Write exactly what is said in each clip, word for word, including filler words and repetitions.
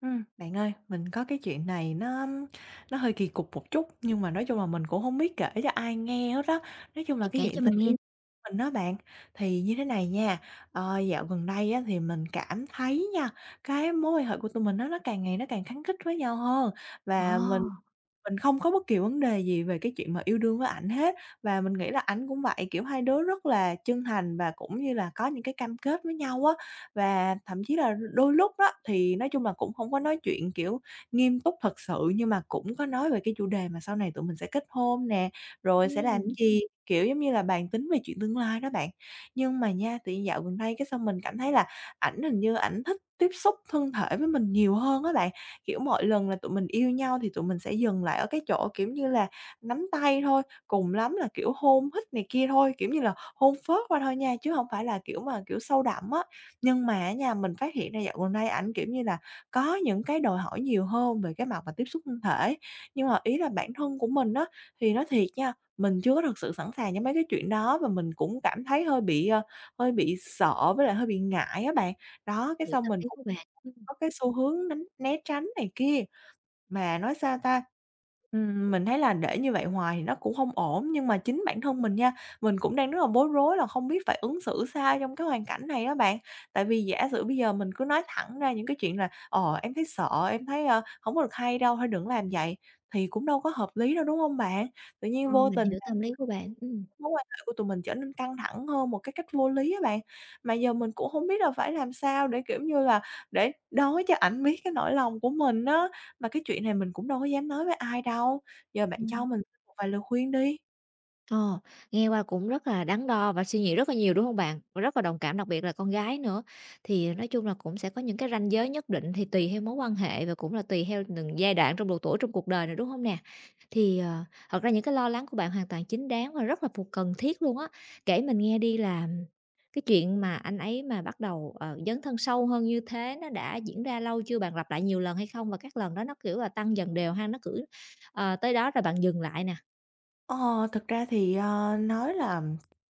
Ừm, bạn ơi, mình có cái chuyện này nó nó hơi kỳ cục một chút, nhưng mà nói chung là mình cũng không biết kể cho ai nghe hết đó. Nói chung là Chị cái kể chuyện cho tình mình nghe. yêu của mình á bạn, thì như thế này nha, ờ, dạo gần đây á thì mình cảm thấy nha, cái mối quan hệ của tụi mình nó nó càng ngày nó càng khăng khít với nhau hơn và mình Ồ! mình không có bất kỳ vấn đề gì về cái chuyện mà yêu đương với ảnh hết. Và mình nghĩ là ảnh cũng vậy, kiểu, hai đứa rất là chân thành và cũng như là có những cái cam kết với nhau á. Và thậm chí là đôi lúc đó thì nói chung là cũng không có nói chuyện, kiểu, nghiêm túc thật sự, nhưng mà cũng có nói về cái chủ đề mà sau này tụi mình sẽ kết hôn nè, rồi sẽ làm cái Ừm, gì, kiểu, giống như là bàn tính về chuyện tương lai đó bạn. Nhưng mà nha, tự nhiên dạo gần đây cái xong mình cảm thấy là ảnh hình như ảnh thích tiếp xúc thân thể với mình nhiều hơn á bạn. Kiểu, mọi lần là tụi mình yêu nhau thì tụi mình sẽ dừng lại ở cái chỗ, kiểu như là, nắm tay thôi, cùng lắm là, kiểu, hôn hít này kia thôi, kiểu như là, hôn phớt qua thôi nha, chứ không phải là, kiểu mà, kiểu, sâu đậm á. Nhưng mà á nha, mình phát hiện ra dạo gần đây ảnh, kiểu như là, có những cái đòi hỏi nhiều hơn về cái mặt mà tiếp xúc thân thể. Nhưng mà ý là bản thân của mình á, thì nói thiệt nha, mình chưa có thực sự sẵn sàng cho mấy cái chuyện đó và mình cũng cảm thấy hơi bị, ờ, hơi bị sợ với lại hơi bị ngại á bạn. Đó, cái Hiểu xong tâm mình lý cũng của bạn. Ừm. có cái xu hướng đánh né tránh này kia. Mà nói sao ta, ừm, mình thấy là để như vậy hoài thì nó cũng không ổn, nhưng mà chính bản thân mình nha, mình cũng đang rất là bối rối là không biết phải ứng xử sao trong cái hoàn cảnh này đó bạn. Tại vì giả sử bây giờ mình cứ nói thẳng ra những cái chuyện là "Ờ, em thấy sợ, em thấy, ơ, hổng có được hay đâu, thôi đừng làm vậy" thì cũng đâu có hợp lý đâu, đúng không bạn? Tự nhiên Ờ, vô mình tình hiểu tâm lý của bạn. Ừm. mối quan hệ của tụi mình trở nên căng thẳng hơn một cái cách vô lý á bạn. Mà giờ mình cũng không biết là phải làm sao để, kiểu như là, để nói cho ảnh biết cái nỗi lòng của mình á. Mà cái chuyện này mình cũng đâu có dám nói với ai đâu, giờ bạn cho Ừm. mình xin một vài lời khuyên đi. Ờ, nghe qua cũng rất là đắn đo và suy nghĩ rất là nhiều, đúng không bạn? Rất là đồng cảm, đặc biệt là con gái nữa. Thì nói chung là cũng sẽ có những cái ranh giới nhất định thì tùy theo mối quan hệ và cũng là tùy theo từng giai đoạn trong độ tuổi trong cuộc đời này, đúng không nè? Thì, ờ, thật ra những cái lo lắng của bạn hoàn toàn chính đáng và rất là phù cần thiết luôn á. Kể mình nghe đi là cái chuyện mà anh ấy mà bắt đầu, ờ, dấn thân sâu hơn như thế nó đã diễn ra lâu chưa? Bạn lặp lại nhiều lần hay không? Và các lần đó nó, kiểu là, tăng dần đều hay nó cứ, ờ, tới đó rồi bạn dừng lại nè? Ờ, thực ra thì, ờ, nói là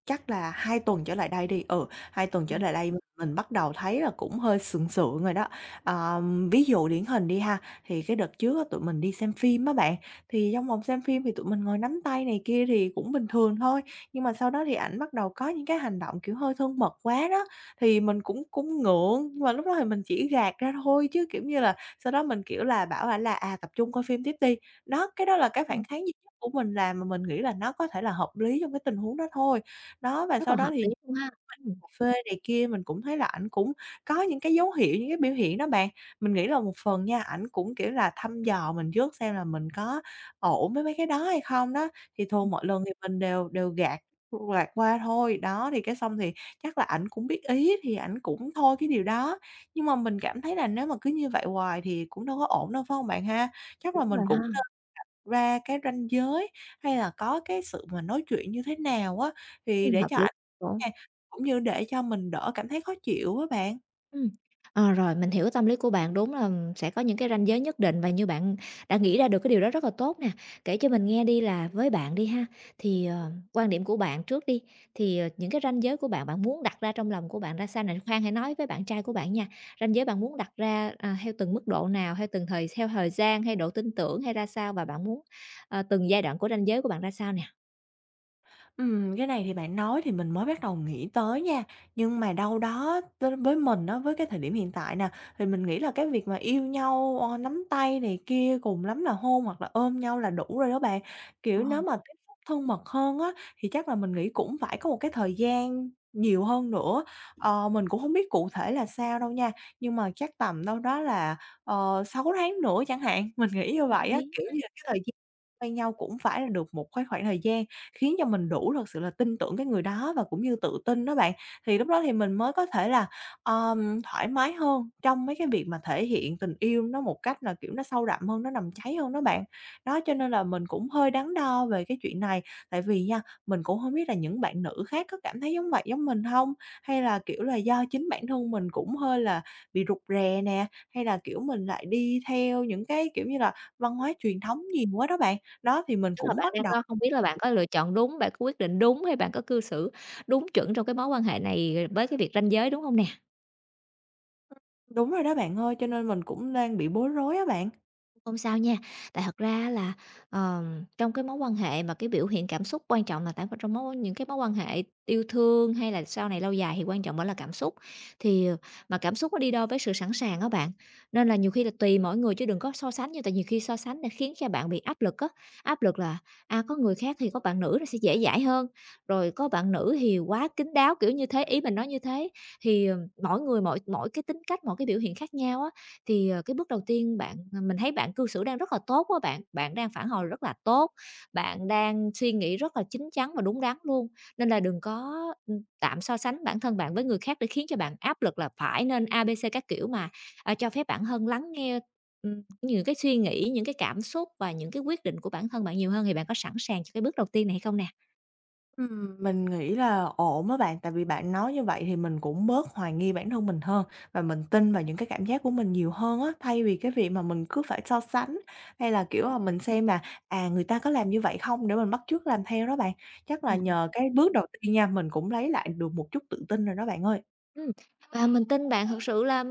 chắc là hai tuần trở lại đây đi, ừ, hai tuần Ờ. trở lại đây mình bắt đầu thấy là cũng hơi sượng sượng rồi đó. Ờm, ví dụ điển hình đi ha, thì cái đợt trước á tụi mình đi xem phim á bạn, thì trong phòng xem phim thì tụi mình ngồi nắm tay này kia thì cũng bình thường thôi, nhưng mà sau đó thì ảnh bắt đầu có những cái hành động, kiểu, hơi thân mật quá đó, thì mình cũng cũng ngượng, nhưng mà lúc đó thì mình chỉ gạt ra thôi chứ, kiểu như là, sau đó mình, kiểu là, bảo ảnh là "À, tập trung coi phim tiếp đi." Đó, cái đó là cái phản kháng của mình làm mà mình nghĩ là nó có thể là hợp lý trong cái tình huống đó thôi. Đó, và Rất sau là đó hợp thì lý luôn ha. Ừm. cà phê này kia mình cũng thấy là ảnh cũng có những cái dấu hiệu, những cái biểu hiện đó bạn. Mình nghĩ là một phần nha, ảnh cũng, kiểu là, thăm dò mình trước xem là mình có ổn với mấy cái đó hay không đó, thì thường Ừm. mọi lần thì mình đều đều gạt gạt qua thôi. Đó, thì cái xong thì chắc là ảnh cũng biết ý thì ảnh cũng thôi cái điều đó. Nhưng mà mình cảm thấy là nếu mà cứ như vậy hoài thì cũng đâu có ổn đâu, phải không bạn ha? Chắc là Đúng mình rồi ha. cũng ra cái ranh giới hay là có cái sự mà nói chuyện như thế nào á, thì Ừm. để Hợp cho lý ảnh chỗ. nè, cũng như để cho mình đỡ cảm thấy khó chịu á bạn. Ừm. Ờ, rồi, mình hiểu tâm lý của bạn, đúng là sẽ có những cái ranh giới nhất định và như bạn đã nghĩ ra được cái điều đó rất là tốt nè. Kể cho mình nghe đi là với bạn đi ha, thì, ờ, quan điểm của bạn trước đi, thì, ờ, những cái ranh giới của bạn, bạn muốn đặt ra trong lòng của bạn ra sao nè? Khoan hãy nói với bạn trai của bạn nha, ranh giới bạn muốn đặt ra, à, theo từng mức độ nào, theo từng thời theo thời gian hay độ tin tưởng hay ra sao? Và bạn muốn, ờ, từng giai đoạn của ranh giới của bạn ra sao nè? Ừm, cái này thì bạn nói thì mình mới bắt đầu nghĩ tới nha, nhưng mà đâu đó với với mình á, với cái thời điểm hiện tại nè, thì mình nghĩ là cái việc mà yêu nhau, ờ, nắm tay này kia, cùng lắm là hôn hoặc là ôm nhau là đủ rồi đó bạn. Ờ, Kiểu, nếu hợp mà tiếp xúc thân mật hơn á, thì chắc là mình nghĩ cũng phải có một cái thời gian nhiều hơn nữa. Ờ, mình cũng không biết cụ thể là sao đâu nha, nhưng mà chắc tầm đâu đó là, ờ, sáu tháng nữa chẳng hạn, mình nghĩ như vậy á, lý. kiểu như là cái thời gian quen nhau cũng phải là được một cái khoảng thời gian khiến cho mình đủ thật sự là tin tưởng cái người đó và cũng như tự tin đó bạn. Thì lúc đó thì mình mới có thể là, ờm, thoải mái hơn trong mấy cái việc mà thể hiện tình yêu nó một cách là, kiểu, nó sâu đậm hơn, nó nằm cháy hơn đó bạn. Đó, cho nên là mình cũng hơi đắn đo về cái chuyện này, tại vì nha, mình cũng không biết là những bạn nữ khác có cảm thấy giống vậy giống mình không. Hay là, kiểu là, do chính bản thân mình cũng hơi là bị rụt rè nè, hay là, kiểu, mình lại đi theo những cái, kiểu như là, văn hóa truyền thống nhiều quá đó bạn. Đó, thì mình Tức là cũng bạn bắt đang đầu. có không biết là bạn có lựa chọn đúng, bạn có quyết định đúng hay bạn có cư xử đúng chuẩn trong cái mối quan hệ này với cái việc ranh giới, đúng hông nè? Đúng rồi đó bạn ơi, cho nên mình cũng đang bị bối rối á bạn. Không sao nha, tại thật ra là, ờm, trong cái mối quan hệ mà cái biểu hiện cảm xúc quan trọng là tại v trong mối những cái mối quan hệ yêu thương hay là sau này lâu dài thì quan trọng vẫn là cảm xúc. Thì, ờ, mà cảm xúc nó đi đôi với sự sẵn sàng đó bạn, nên là nhiều khi là tùy mỗi người chứ đừng có so sánh, như tại nhiều khi so sánh là khiến cho bạn bị áp lực á, áp lực là, à, có người khác thì có bạn nữ nó sẽ dễ dãi hơn, rồi có bạn nữ thì quá kín đáo, kiểu như thế, ý mình nói như thế. Thì, ờ, mỗi người mỗi mỗi cái tính cách, mỗi cái biểu hiện khác nhau á, thì, ờ, cái bước đầu tiên bạn à, mình thấy bạn cư xử đang rất là tốt á bạn, bạn đang phản hồi rất là tốt, bạn đang suy nghĩ rất là chín chắn và đúng đắn luôn, nên là đừng có, ừm, tạm so sánh bản thân bạn với người khác để khiến cho bạn áp lực là phải nên A, B, C các kiểu mà, à, cho phép bản thân lắng nghe, ừm, những cái suy nghĩ, những cái cảm xúc và những cái quyết định của bản thân bạn nhiều hơn, thì bạn có sẵn sàng cho cái bước đầu tiên này hay không nè? Ừm, mình nghĩ là ổn á bạn, tại vì bạn nói như vậy thì mình cũng bớt hoài nghi bản thân mình hơn và mình tin vào những cái cảm giác của mình nhiều hơn á, thay vì cái việc mà mình cứ phải so sánh hay là, kiểu, là mình xem là, à, người ta có làm như vậy không để mình bắt chước làm theo đó bạn. Chắc là nhờ cái bước đầu tiên nha, mình cũng lấy lại được một chút tự tin rồi đó bạn ơi. Ừm, và mình tin bạn thực sự là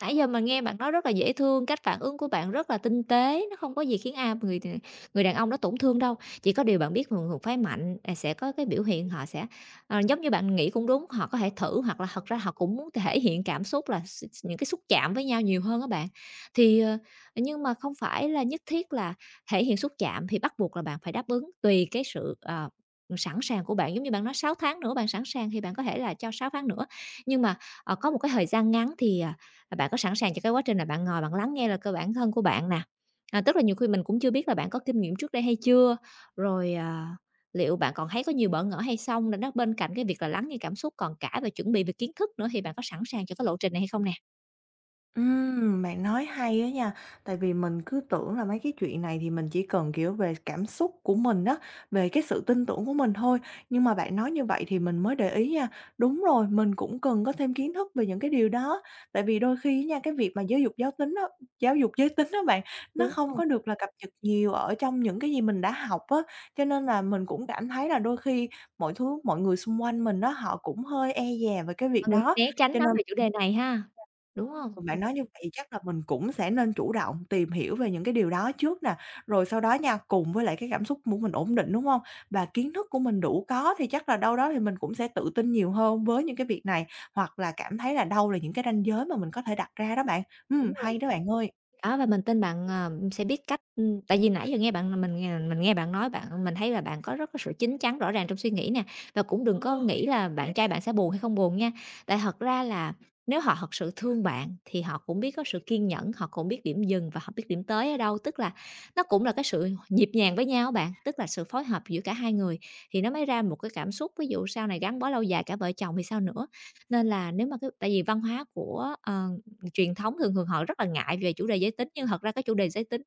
nãy giờ mình nghe bạn nói rất là dễ thương, cách phản ứng của bạn rất là tinh tế, nó không có gì khiến, ai người, ờ, người đàn ông đó tổn thương đâu. Chỉ có điều bạn biết thường thường phái mạnh, à, sẽ có cái biểu hiện họ sẽ ờ, giống như bạn nghĩ cũng đúng, họ có thể thử hoặc là thật ra họ cũng muốn thể hiện cảm xúc là x x những cái xúc chạm với nhau nhiều hơn các bạn. Thì, ờ, nhưng mà không phải là nhất thiết là thể hiện xúc chạm thì bắt buộc là bạn phải đáp ứng, tùy cái sự, ờ, sẵn sàng của bạn. Giống như bạn nói sáu tháng nữa bạn sẵn sàng thì bạn có thể là cho sáu tháng nữa. Nhưng mà, ờ, có một cái thời gian ngắn thì, à, à, bạn có sẵn sàng cho cái quá trình là bạn ngồi bạn lắng nghe là cơ bản thân của bạn nè? À, tức là nhiều khi mình cũng chưa biết là bạn có kinh nghiệm trước đây hay chưa? Rồi, ờ, liệu bạn còn thấy có nhiều bỡ ngỡ hay không? Rồi nó bên cạnh cái việc là lắng nghe cảm xúc còn cả về chuẩn bị về kiến thức nữa thì bạn có sẵn sàng cho cái lộ trình này hay không nè? Ừm, bạn nói hay á nha, tại vì mình cứ tưởng là mấy cái chuyện này thì mình chỉ cần, kiểu, về cảm xúc của mình á, về cái sự tin tưởng của mình thôi, nhưng mà bạn nói như vậy thì mình mới để ý nha. Đúng rồi, mình cũng cần có thêm kiến thức về những cái điều đó, tại vì đôi khi nha, cái việc mà giáo dục giới tính á giáo dục giới tính đó bạn, nó Đúng không rồi, có được là cập nhật nhiều ở trong những cái gì mình đã học á, cho nên là mình cũng cảm thấy là đôi khi mọi thứ mọi người xung quanh mình đó họ cũng hơi e dè về cái việc mọi người đó, né tránh cho nói nên về chủ đề này ha, đúng không bạn nói như vậy chắc là mình cũng sẽ nên chủ động tìm hiểu về những cái điều đó trước nè, rồi sau đó nha, cùng với lại cái cảm xúc của mình ổn định, đúng không? Và kiến thức của mình đủ có thì chắc là đâu đó thì mình cũng sẽ tự tin nhiều hơn với những cái việc này, hoặc là cảm thấy là đâu là những cái ranh giới mà mình có thể đặt ra đó bạn. Ừm, đúng rồi. hay đó bạn ơi! Đó, và mình tin bạn, ờ, sẽ biết cách ừm, tại vì nãy giờ nghe bạn mình nghe mình nghe bạn nói, bạn mình thấy là bạn có rất có sự chín chắn rõ ràng trong suy nghĩ nè, và cũng đừng có Ờ. nghĩ là bạn trai bạn sẽ buồn hay không buồn nha. Tại thật ra là nếu họ thật sự thương bạn thì họ cũng biết có sự kiên nhẫn, họ cũng biết điểm dừng và họ biết điểm tới ở đâu, tức là nó cũng là cái sự nhịp nhàng với nhau bạn, tức là sự phối hợp giữa cả hai người thì nó mới ra một cái cảm xúc, ví dụ sau này gắn bó lâu dài cả vợ chồng thì sao nữa. Nên là nếu mà cái tại vì văn hóa của, ờ truyền thống thường thường họ rất là ngại về chủ đề giới tính, nhưng thật ra cái chủ đề giới tính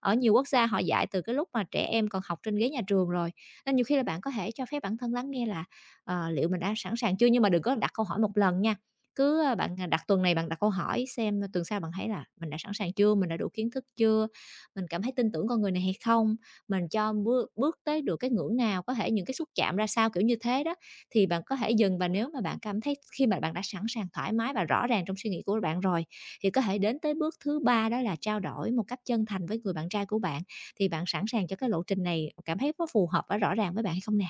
ở nhiều quốc gia họ dạy từ cái lúc mà trẻ em còn học trên ghế nhà trường rồi. Nên nhiều khi là bạn có thể cho phép bản thân lắng nghe là, ờ, liệu mình đã sẵn sàng chưa, nhưng mà đừng có đặt câu hỏi một lần nha. Cứ, a, bạn, à, đặt tuần này bạn đặt câu hỏi xem tuần sau bạn thấy là mình đã sẵn sàng chưa, mình đã đủ kiến thức chưa, mình cảm thấy tin tưởng con người này hay không, mình cho bước bước tới được cái ngưỡng nào, có thể những cái xúc chạm ra sao, kiểu như thế đó thì bạn có thể dừng. Và nếu mà bạn cảm thấy khi mà bạn đã sẵn sàng, thoải mái và rõ ràng trong suy nghĩ của bạn rồi, thì có thể đến tới bước thứ ba, đó là trao đổi một cách chân thành với người bạn trai của bạn, thì bạn sẵn sàng cho cái lộ trình này, cảm thấy có phù hợp và rõ ràng với bạn hay không nè?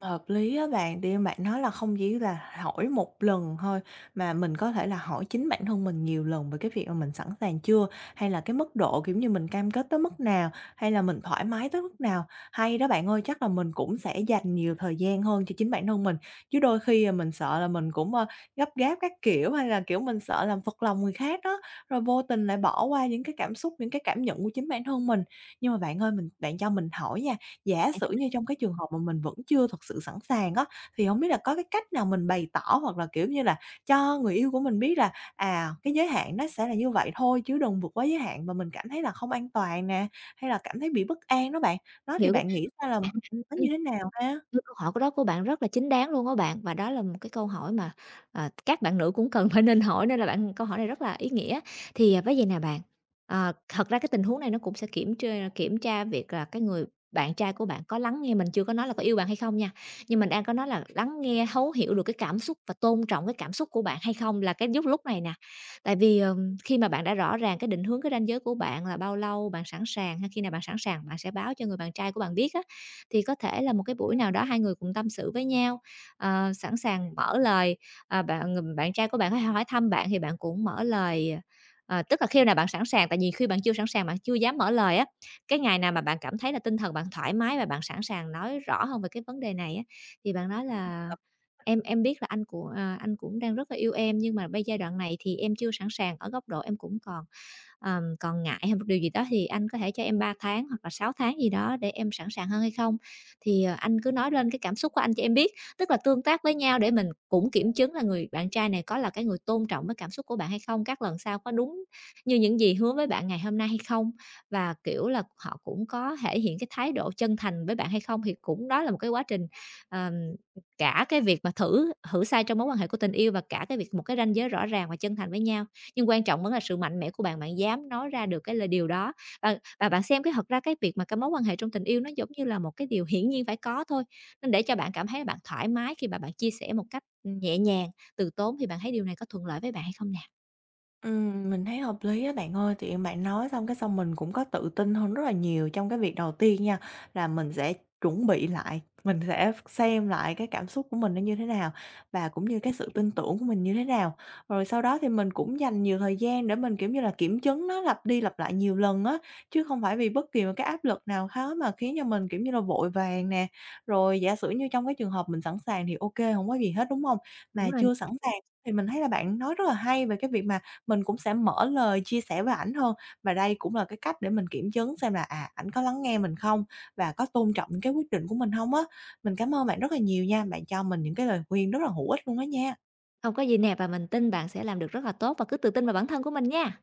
Hợp lý á bạn, tự bạn nói là không chỉ là hỏi một lần thôi, mà mình có thể là hỏi chính bản thân mình nhiều lần về cái việc mà mình sẵn sàng chưa, hay là cái mức độ, kiểu như, mình cam kết tới mức nào, hay là mình thoải mái tới mức nào. Hay đó bạn ơi, chắc là mình cũng sẽ dành nhiều thời gian hơn cho chính bản thân mình, chứ đôi khi, à, mình sợ là mình cũng, ơ, gấp gáp các kiểu, hay là, kiểu, mình sợ làm phật lòng người khác đó, rồi vô tình lại bỏ qua những cái cảm xúc, những cái cảm nhận của chính bản thân mình. Nhưng mà bạn ơi, mình bạn cho mình hỏi nha, giả sử như trong cái trường hợp mà mình vẫn chưa thật sự sẵn sàng á, thì hổng biết là có cái cách nào mình bày tỏ hoặc là, kiểu như là, cho người yêu của mình biết là, à, cái giới hạn nó sẽ là như vậy thôi chứ đừng vượt quá giới hạn mà mình cảm thấy là không an toàn nè, hay là cảm thấy bị bất an đó bạn. Đó, thì Hiểu. bạn nghĩ sao là mình nên nói như thế nào ha? Ư, câu hỏi của đó của bạn rất là chính đáng luôn á bạn, và đó là một cái câu hỏi mà, ờ, các bạn nữ cũng cần phải nên hỏi, nên là bạn câu hỏi này rất là ý nghĩa. Thì, à, với vầy nè bạn, ờ, thật ra cái tình huống này nó cũng sẽ kiểm tra kiểm tra việc là cái người bạn trai của bạn có lắng nghe mình chưa, có nói là có yêu bạn hay không nha, nhưng mình đang có nói là lắng nghe, thấu hiểu được cái cảm xúc và tôn trọng cái cảm xúc của bạn hay không là cái giúp lúc này nè. Tại vì, ờm, khi mà bạn đã rõ ràng cái định hướng, cái ranh giới của bạn là bao lâu bạn sẵn sàng hay khi nào bạn sẵn sàng, bạn sẽ báo cho người bạn trai của bạn biết á, thì có thể là một cái buổi nào đó hai người cùng tâm sự với nhau, ờ, sẵn sàng mở lời, à, bạn, bạn trai của bạn có thể hỏi thăm bạn thì bạn cũng mở lời, ờ, tức là khi nào bạn sẵn sàng, tại vì khi bạn chưa sẵn sàng, bạn chưa dám mở lời á, cái ngày nào mà bạn cảm thấy là tinh thần bạn thoải mái và bạn sẵn sàng nói rõ hơn về cái vấn đề này á, thì bạn nói là "Em em biết là anh của à, anh cũng đang rất là yêu em, nhưng mà bây giai đoạn này thì em chưa sẵn sàng, ở góc độ em cũng còn, ờm, còn ngại hay một điều gì đó, thì anh có thể cho em ba tháng hoặc là sáu tháng gì đó để em sẵn sàng hơn hay không?" Thì, ờ, anh cứ nói lên cái cảm xúc của anh cho em biết. Tức là tương tác với nhau để mình cũng kiểm chứng là người bạn trai này có là cái người tôn trọng cái cảm xúc của bạn hay không, các lần sau có đúng như những gì hứa với bạn ngày hôm nay hay không, và, kiểu là, họ cũng có thể hiện cái thái độ chân thành với bạn hay không. Thì cũng đó là một cái quá trình, ờm, cả cái việc mà thử thử sai trong mối quan hệ của tình yêu và cả cái việc một cái ranh giới rõ ràng và chân thành với nhau. Nhưng quan trọng vẫn là sự mạnh mẽ của bạn, bạn dám nói ra được cái lời điều đó. Ờ, và bạn xem cái thật ra cái việc mà cái mối quan hệ trong tình yêu nó giống như là một cái điều hiển nhiên phải có thôi, nên để cho bạn cảm thấy là bạn thoải mái khi mà bạn chia sẻ một cách, ừ, nhẹ nhàng, từ tốn thì bạn thấy điều này có thuận lợi với bạn hay không nè? Ừm, mình thấy hợp lý á bạn ơi, thì bạn nói xong cái xong mình cũng có tự tin hơn rất là nhiều trong cái việc đầu tiên nha, là mình sẽ chuẩn bị lại, mình sẽ xem lại cái cảm xúc của mình nó như thế nào và cũng như cái sự tin tưởng của mình như thế nào. Rồi sau đó thì mình cũng dành nhiều thời gian để mình, kiểu như là, kiểm chứng nó lặp đi lặp lại nhiều lần á, chứ không phải vì bất kỳ một cái áp lực nào khác mà khiến cho mình, kiểu như là, vội vàng nè. Rồi giả sử như trong cái trường hợp mình sẵn sàng thì ok không có gì hết, đúng không? Đúng Mà rồi, nè. chưa sẵn sàng thì mình thấy là bạn nói rất là hay về cái việc mà mình cũng sẽ mở lời chia sẻ với ảnh hơn. Và đây cũng là cái cách để mình kiểm chứng xem là, à, ảnh có lắng nghe mình không và có tôn trọng những cái quyết định của mình không á. Mình cảm ơn bạn rất là nhiều nha, bạn cho mình những cái lời khuyên rất là hữu ích luôn á nha. Không có gì nè, và mình tin bạn sẽ làm được rất là tốt và cứ tự tin vào bản thân của mình nha.